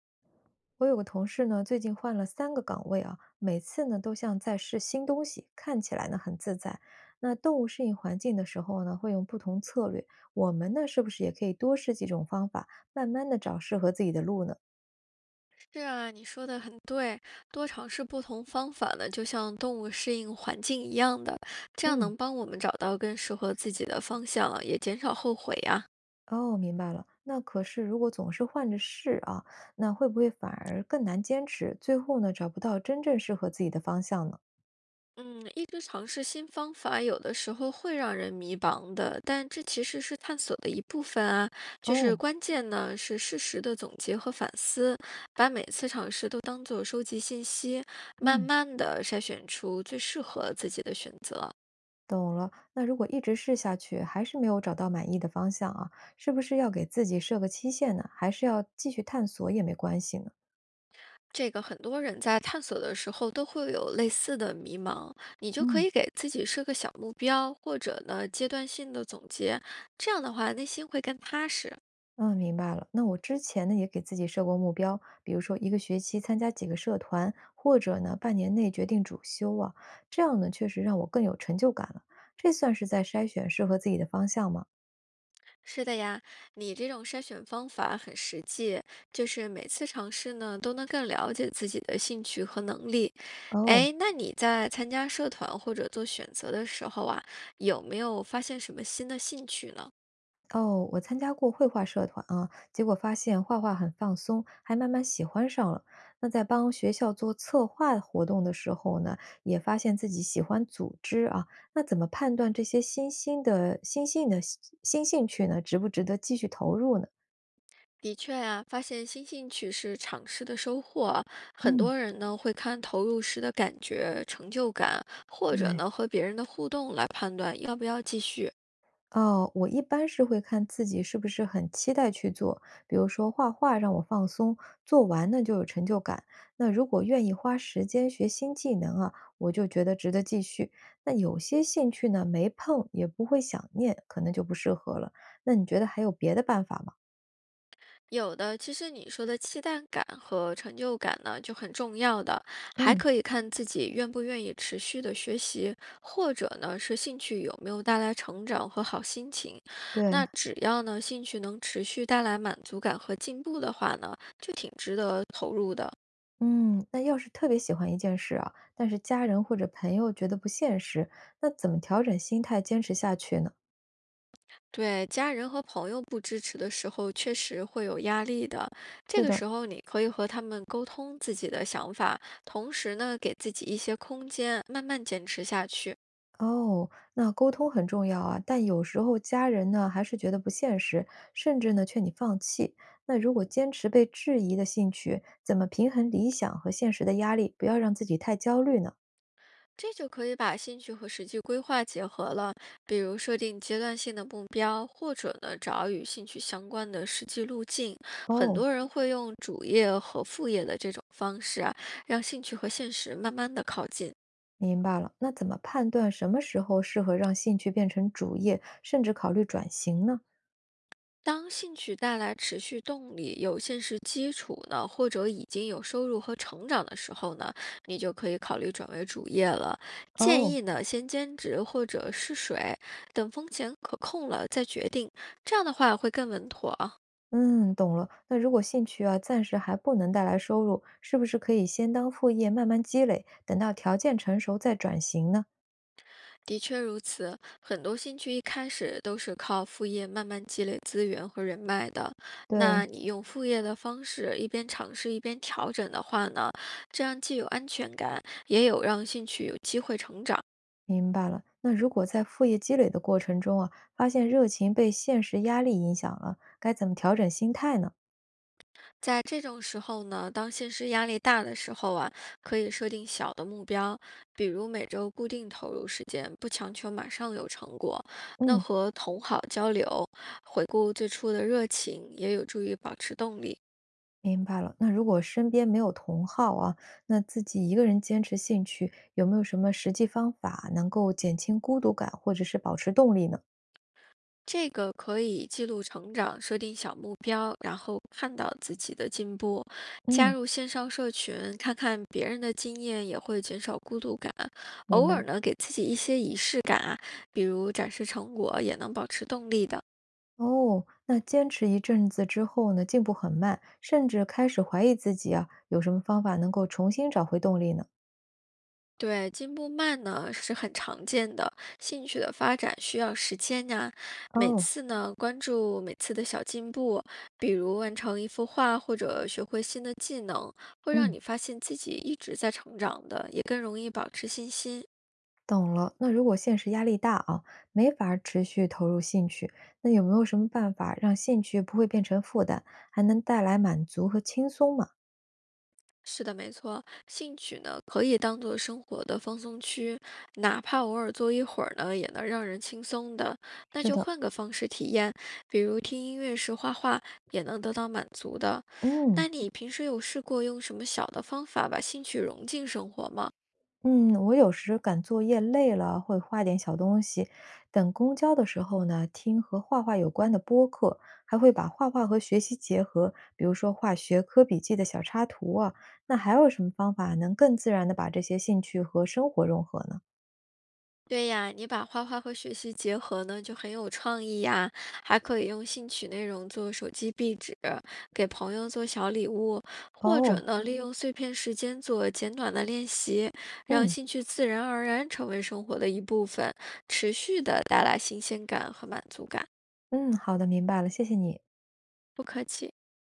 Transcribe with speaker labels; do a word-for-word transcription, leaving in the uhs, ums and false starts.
Speaker 1: 我有个同事呢，最近换了三个岗位啊，每次呢都像在试新东西，看起来呢很自在。那动物适应环境的时候呢，会用不同策略。我们呢，是不是也可以多试几种方法，慢慢的找适合自己的路呢？
Speaker 2: 是啊，你说的很对，多尝试不同方法呢，就像动物适应环境一样的，这样
Speaker 1: 嗯，
Speaker 2: 能帮我们找到更适合自己的方向，也减少后悔呀。
Speaker 1: 哦，明白了。那可是如果总是换着试啊，那会不会反而更难坚持？最后呢，找不到真正适合自己的方向呢？
Speaker 2: 嗯，一直尝试新方法，有的时候会让人迷茫的，但这其实是探索的一部分啊。就是
Speaker 1: 哦，
Speaker 2: 关键呢，是适时的总结和反思，把每次尝试都当做收集信息，慢
Speaker 1: 嗯。
Speaker 2: 慢的筛选出最适合自己的选择。
Speaker 1: 懂了，那如果一直试下去，还是没有找到满意的方向啊，是不是要给自己设个期限呢？还是要继续探索也没关系呢？
Speaker 2: 这个很多人在探索的时候都会有类似的迷茫，你就可
Speaker 1: 嗯，
Speaker 2: 以给自己设个小目标，或者呢阶段性的总结，这样的话内心会更踏实。
Speaker 1: 嗯，明白了。那我之前呢也给自己设过目标，比如说一个学期参加几个社团，或者呢半年内决定主修啊，这样呢确实让我更有成就感了。这算是在筛选适合自己的方向吗？
Speaker 2: 是的呀，你这种筛选方法很实际，就是每次尝试呢都能更了解自己的兴趣和能力。
Speaker 1: 哦，
Speaker 2: 哎，那你在参加社团或者做选择的时候啊，有没有发现什么新的兴趣呢？
Speaker 1: 哦，我参加过绘画社团啊，结果发现画画很放松，还慢慢喜欢上了。那在帮学校做策划活动的时候呢，也发现自己喜欢组织啊。那怎么判断这些新兴的新兴的新兴趣呢，值不值得继续投入呢？
Speaker 2: 的确啊，发现新兴趣是尝试的收获啊。很
Speaker 1: 嗯，
Speaker 2: 多人呢会看投入时的感觉、成就感，或者
Speaker 1: 对，
Speaker 2: 呢和别人的互动来判断要不要继续。
Speaker 1: 哦，我一般是会看自己是不是很期待去做，比如说画画让我放松，做完呢就有成就感。那如果愿意花时间学新技能啊，我就觉得值得继续。那有些兴趣呢，没碰也不会想念，可能就不适合了。那你觉得还有别的办法吗？
Speaker 2: 有的其实你说的期待感和成就感呢就很重要的，还
Speaker 1: 嗯，
Speaker 2: 可以看自己愿不愿意持续的学习，或者呢是兴趣有没有带来成长和好心情。
Speaker 1: 对，
Speaker 2: 那只要呢兴趣能持续带来满足感和进步的话呢，就挺值得投入的。
Speaker 1: 嗯，那要是特别喜欢一件事啊，但是家人或者朋友觉得不现实，那怎么调整心态坚持下去呢？
Speaker 2: 对，家人和朋友不支持的时候，确实会有压力的。这
Speaker 1: 是
Speaker 2: 个
Speaker 1: 的，
Speaker 2: 时候，你可以和他们沟通自己的想法，同时呢，给自己一些空间，慢慢坚持下去。
Speaker 1: 哦，那沟通很重要啊，但有时候家人呢还是觉得不现实，甚至呢劝你放弃。那如果坚持被质疑的兴趣，怎么平衡理想和现实的压力，不要让自己太焦虑呢？
Speaker 2: 这就可以把兴趣和实际规划结合了，比如设定阶段性的目标，或者呢，找与兴趣相关的实际路径。很
Speaker 1: 哦，
Speaker 2: 多人会用主业和副业的这种方式啊，让兴趣和现实慢慢的靠近。
Speaker 1: 明白了。那怎么判断什么时候适合让兴趣变成主业，甚至考虑转型呢？
Speaker 2: 当兴趣带来持续动力、有现实基础呢，或者已经有收入和成长的时候呢，你就可以考虑转为主业了。建
Speaker 1: 哦，
Speaker 2: 议呢，先兼职或者试水，等风险可控了再决定，这样的话会更稳妥啊。
Speaker 1: 嗯，懂了。那如果兴趣啊暂时还不能带来收入，是不是可以先当副业慢慢积累，等到条件成熟再转型呢？
Speaker 2: 的确如此，很多兴趣一开始都是靠副业慢慢积累资源和人脉的。
Speaker 1: 对。
Speaker 2: 那你用副业的方式一边尝试一边调整的话呢，这样既有安全感，也有让兴趣有机会成长。
Speaker 1: 明白了。那如果在副业积累的过程中啊，发现热情被现实压力影响了，该怎么调整心态呢？
Speaker 2: 在这种时候呢，当现实压力大的时候啊，可以设定小的目标，比如每周固定投入时间，不强求马上有成果。那
Speaker 1: 嗯，
Speaker 2: 和同好交流，回顾最初的热情，也有助于保持动力。
Speaker 1: 明白了。那如果身边没有同好啊，那自己一个人坚持兴趣，有没有什么实际方法能够减轻孤独感，或者是保持动力呢？
Speaker 2: 这个可以记录成长，设定小目标，然后看到自己的进步，加
Speaker 1: 嗯，
Speaker 2: 入线上社群，看看别人的经验，也会减少孤独感。
Speaker 1: 明
Speaker 2: 偶
Speaker 1: 白。
Speaker 2: 尔呢，给自己一些仪式感啊，比如展示成果，也能保持动力的。
Speaker 1: 哦，那坚持一阵子之后呢，进步很慢，甚至开始怀疑自己啊，有什么方法能够重新找回动力呢？
Speaker 2: 对，进步慢呢是很常见的，兴趣的发展需要时间呀。每
Speaker 1: 哦，
Speaker 2: 次呢，关注每次的小进步，比如完成一幅画或者学会新的技能，会让
Speaker 1: 嗯。
Speaker 2: 你发现自己一直在成长的，也更容易保持信心。
Speaker 1: 懂了，那如果现实压力大啊，没法儿持续投入兴趣，那有没有什么办法让兴趣不会变成负担，还能带来满足和轻松嘛？
Speaker 2: 是的，没错，兴趣呢可以当做生活的放松区，哪怕偶尔坐一会儿呢，也能让人轻松的。那
Speaker 1: 是
Speaker 2: 就
Speaker 1: 的，
Speaker 2: 换个方式体验，比如听音乐时画画，也能得到满足的。
Speaker 1: 嗯
Speaker 2: 那你平时有试过用什么小的方法把兴趣融进生活吗？
Speaker 1: 嗯，我有时赶作业累了，会画点小东西。等公交的时候呢，听和画画有关的播客，还会把画画和学习结合，比如说画学科笔记的小插图啊。那还有什么方法能更自然的把这些兴趣和生活融合呢？
Speaker 2: 对呀，你把画画和学习结合呢，就很有创意呀。还可以用兴趣内容做手机壁纸，给朋友做小礼物，或者
Speaker 1: 哦，
Speaker 2: 呢，利用碎片时间做简短的练习，让
Speaker 1: 嗯。
Speaker 2: 兴趣自然而然成为生活的一部分，持续的带来新鲜感和满足感。
Speaker 1: 嗯，好的，明白了，谢谢你。
Speaker 2: 不客气。